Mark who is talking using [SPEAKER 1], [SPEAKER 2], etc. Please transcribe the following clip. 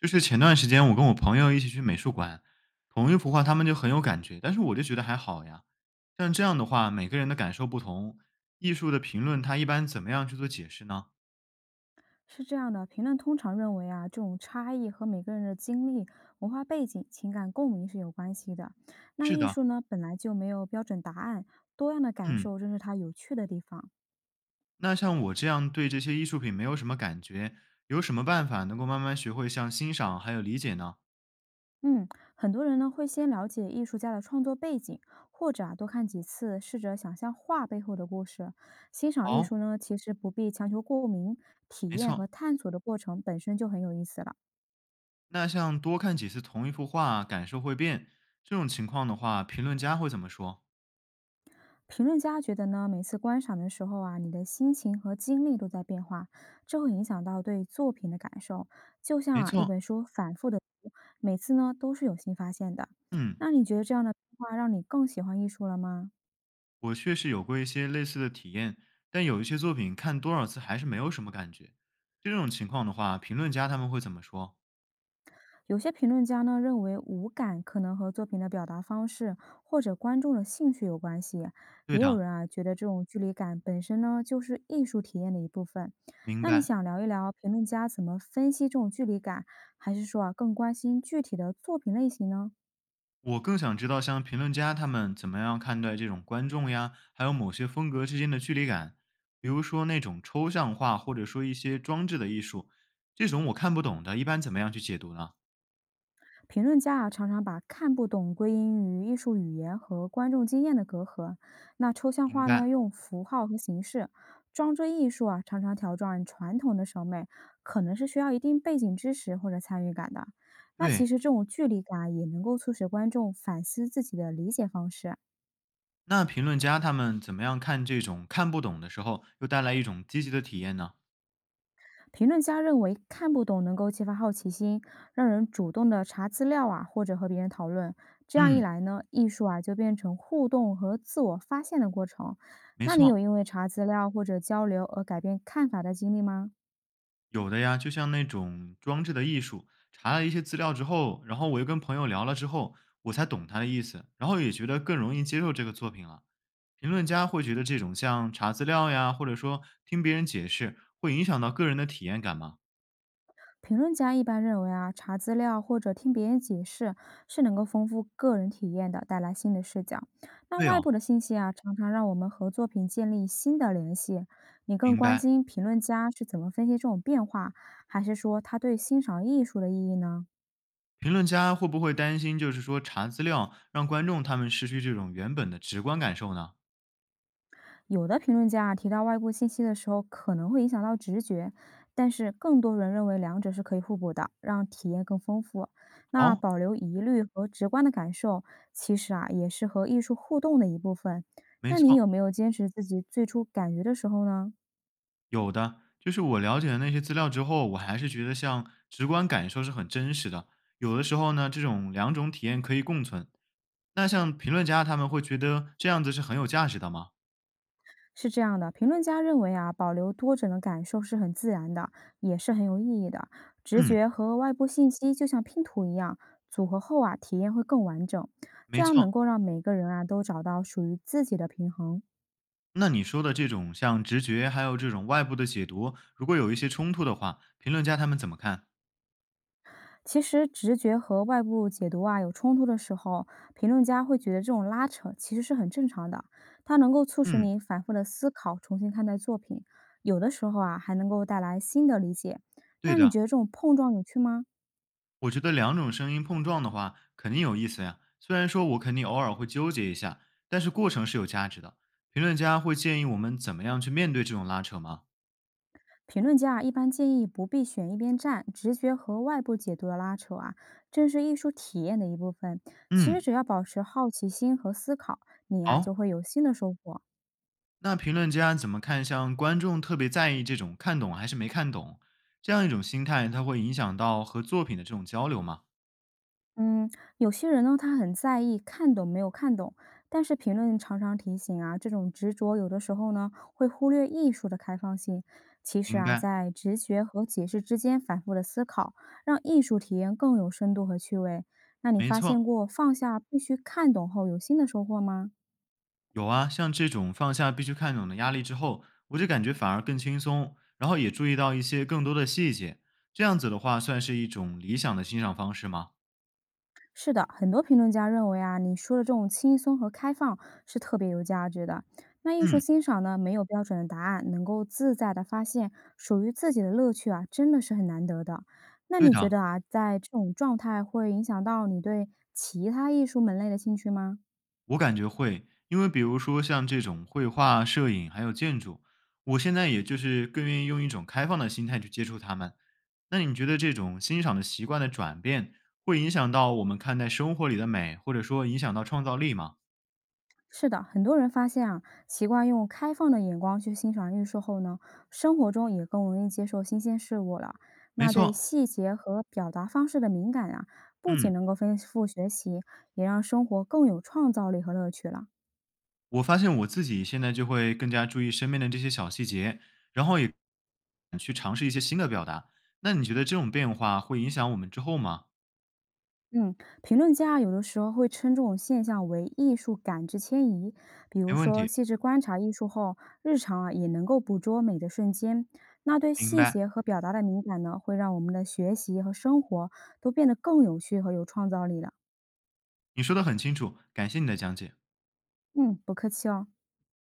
[SPEAKER 1] 就是前段时间我跟我朋友一起去美术馆，同一幅画他们就很有感觉，但是我就觉得还好呀。像这样的话，每个人的感受不同，艺术的评论他一般怎么样去做解释呢？
[SPEAKER 2] 是这样的，评论通常认为啊，这种差异和每个人的经历、文化背景、情感共鸣是有关系的。那
[SPEAKER 1] 是
[SPEAKER 2] 艺
[SPEAKER 1] 的。
[SPEAKER 2] 术呢，本来就没有标准答案，多样的感
[SPEAKER 1] 嗯。
[SPEAKER 2] 受正是它有趣的地方。
[SPEAKER 1] 那像我这样对这些艺术品没有什么感觉，有什么办法能够慢慢学会像欣赏还有理解呢？
[SPEAKER 2] 嗯，很多人呢会先了解艺术家的创作背景，或者啊多看几次，试着想象画背后的故事。欣赏艺
[SPEAKER 1] 好。
[SPEAKER 2] 术呢，其实不必强求共鸣，体
[SPEAKER 1] 没
[SPEAKER 2] 验和
[SPEAKER 1] 错。
[SPEAKER 2] 探索的过程本身就很有意思了。
[SPEAKER 1] 那像多看几次同一幅画，感受会变，这种情况的话，评论家会怎么说？
[SPEAKER 2] 评论家觉得呢，每次观赏的时候啊，你的心情和精力都在变化，这会影响到对作品的感受。就像
[SPEAKER 1] 没
[SPEAKER 2] 啊，一
[SPEAKER 1] 错。
[SPEAKER 2] 本书反复的读每次呢都是有新发现的。
[SPEAKER 1] 嗯。
[SPEAKER 2] 那你觉得这样的变化让你更喜欢艺术了吗？
[SPEAKER 1] 我确实有过一些类似的体验，但有一些作品看多少次还是没有什么感觉。这种情况的话，评论家他们会怎么说？
[SPEAKER 2] 有些评论家呢认为无感可能和作品的表达方式或者观众的兴趣有关系，
[SPEAKER 1] 对
[SPEAKER 2] 也有
[SPEAKER 1] 的。
[SPEAKER 2] 人啊觉得这种距离感本身呢就是艺术体验的一部分。
[SPEAKER 1] 明
[SPEAKER 2] 那你
[SPEAKER 1] 白。
[SPEAKER 2] 想聊一聊评论家怎么分析这种距离感，还是说啊更关心具体的作品类型呢？
[SPEAKER 1] 我更想知道，像评论家他们怎么样看待这种观众呀，还有某些风格之间的距离感，比如说那种抽象化或者说一些装置的艺术，这种我看不懂的，一般怎么样去解读呢？
[SPEAKER 2] 评论家啊，常常把看不懂归因于艺术语言和观众经验的隔阂。那抽象
[SPEAKER 1] 明
[SPEAKER 2] 画
[SPEAKER 1] 白。
[SPEAKER 2] 呢，用符号和形式；装置艺术啊，常常挑战传统的审美，可能是需要一定背景知识或者参与感的。那
[SPEAKER 1] 对。
[SPEAKER 2] 其实这种距离感啊也能够促使观众反思自己的理解方式。
[SPEAKER 1] 那评论家他们怎么样看这种看不懂的时候，又带来一种积极的体验呢？
[SPEAKER 2] 评论家认为，看不懂能够激发好奇心，让人主动的查资料啊，或者和别人讨论。这样一
[SPEAKER 1] 嗯。
[SPEAKER 2] 来呢，艺术啊就变成互动和自我发现的过程。
[SPEAKER 1] 没
[SPEAKER 2] 那你有
[SPEAKER 1] 错。
[SPEAKER 2] 因为查资料或者交流而改变看法的经历吗？
[SPEAKER 1] 有的呀，就像那种装置的艺术，查了一些资料之后，然后我又跟朋友聊了之后，我才懂他的意思，然后也觉得更容易接受这个作品了。评论家会觉得这种像查资料呀，或者说听别人解释，会影响到个人的体验感吗？
[SPEAKER 2] 评论家一般认为啊，查资料或者听别人解释是能够丰富个人体验的，带来新的视角。那
[SPEAKER 1] 对
[SPEAKER 2] 外部
[SPEAKER 1] 哦。
[SPEAKER 2] 的信息啊，常常让我们和作品建立新的联系。你更
[SPEAKER 1] 明
[SPEAKER 2] 关
[SPEAKER 1] 白。
[SPEAKER 2] 心评论家是怎么分析这种变化，还是说他对欣赏艺术的意义呢？
[SPEAKER 1] 评论家会不会担心，就是说查资料让观众他们失去这种原本的直观感受呢？
[SPEAKER 2] 有的评论家啊提到外部信息的时候，可能会影响到直觉，但是更多人认为两者是可以互补的，让体验更丰富。那
[SPEAKER 1] 哦。
[SPEAKER 2] 保留疑虑和直观的感受，其实啊也是和艺术互动的一部分。
[SPEAKER 1] 没
[SPEAKER 2] 那你
[SPEAKER 1] 错。
[SPEAKER 2] 有没有坚持自己最初感觉的时候呢？
[SPEAKER 1] 有的，就是我了解了那些资料之后，我还是觉得像直观感受是很真实的。有的时候呢，这种两种体验可以共存。那像评论家他们会觉得这样子是很有价值的吗？
[SPEAKER 2] 是这样的，评论家认为啊，保留多者的感受是很自然的，也是很有意义的。直
[SPEAKER 1] 嗯。
[SPEAKER 2] 觉和外部信息就像拼图一样，组合后啊，体验会更完整。这
[SPEAKER 1] 没
[SPEAKER 2] 样能
[SPEAKER 1] 错。
[SPEAKER 2] 够让每个人啊都找到属于自己的平衡。
[SPEAKER 1] 那你说的这种像直觉，还有这种外部的解读，如果有一些冲突的话，评论家他们怎么看？
[SPEAKER 2] 其实，直觉和外部解读啊有冲突的时候，评论家会觉得这种拉扯其实是很正常的。它能够促使
[SPEAKER 1] 嗯。
[SPEAKER 2] 你反复的思考，重新看待作品，有的时候啊还能够带来新的理解。
[SPEAKER 1] 对
[SPEAKER 2] 那你
[SPEAKER 1] 的。
[SPEAKER 2] 觉得这种碰撞有趣吗？
[SPEAKER 1] 我觉得两种声音碰撞的话，肯定有意思呀。虽然说我肯定偶尔会纠结一下，但是过程是有价值的。评论家会建议我们怎么样去面对这种拉扯吗？
[SPEAKER 2] 评论家啊，一般建议不必选一边站，直觉和外部解读的拉扯啊，正是艺术体验的一部分。其实
[SPEAKER 1] 嗯。
[SPEAKER 2] 只要保持好奇心和思考，你呀、
[SPEAKER 1] 好。
[SPEAKER 2] 就会有新的收获。
[SPEAKER 1] 那评论家怎么看？像观众特别在意这种看懂还是没看懂这样一种心态，它会影响到和作品的这种交流吗？
[SPEAKER 2] 嗯，有些人呢，他很在意看懂没有看懂，但是评论常常提醒啊，这种执着有的时候呢，会忽略艺术的开放性。其实
[SPEAKER 1] 明
[SPEAKER 2] 啊，
[SPEAKER 1] 白。
[SPEAKER 2] 在直觉和解释之间反复的思考，让艺术体验更有深度和趣味。那你
[SPEAKER 1] 没
[SPEAKER 2] 发现
[SPEAKER 1] 错。
[SPEAKER 2] 过放下必须看懂后有新的收获吗？
[SPEAKER 1] 有啊，像这种放下必须看懂的压力之后，我就感觉反而更轻松，然后也注意到一些更多的细节。这样子的话，算是一种理想的欣赏方式吗？
[SPEAKER 2] 是的，很多评论家认为啊，你说的这种轻松和开放是特别有价值的。那艺术
[SPEAKER 1] 嗯。
[SPEAKER 2] 欣赏呢，没有标准的答案，能够自在的发现属于自己的乐趣啊，真的是很难得的。那
[SPEAKER 1] 对
[SPEAKER 2] 你觉
[SPEAKER 1] 的，
[SPEAKER 2] 得啊，在这种状态会影响到你对其他艺术门类的兴趣吗？
[SPEAKER 1] 我感觉会，因为比如说像这种绘画、摄影还有建筑，我现在也就是更愿意用一种开放的心态去接触他们。那你觉得这种欣赏的习惯的转变，会影响到我们看待生活里的美，或者说影响到创造力吗？
[SPEAKER 2] 是的，很多人发现啊，习惯用开放的眼光去欣赏艺术后呢，生活中也更容易接受新鲜事物了。
[SPEAKER 1] 没
[SPEAKER 2] 那对
[SPEAKER 1] 错。
[SPEAKER 2] 细节和表达方式的敏感啊，不仅
[SPEAKER 1] 嗯。
[SPEAKER 2] 能够丰富学习，也让生活更有创造力和乐趣了。
[SPEAKER 1] 我发现我自己现在就会更加注意身边的这些小细节，然后也去尝试一些新的表达。那你觉得这种变化会影响我们之后吗？
[SPEAKER 2] 嗯，评论家啊有的时候会称这种现象为艺术感知迁移。比如
[SPEAKER 1] 没问
[SPEAKER 2] 说，
[SPEAKER 1] 题。
[SPEAKER 2] 细致观察艺术后，日常啊也能够捕捉美的瞬间。那对
[SPEAKER 1] 明
[SPEAKER 2] 细
[SPEAKER 1] 白。
[SPEAKER 2] 节和表达的敏感呢，会让我们的学习和生活都变得更有趣和有创造力了。
[SPEAKER 1] 你说的很清楚，感谢你的讲解。
[SPEAKER 2] 嗯，不客气哦。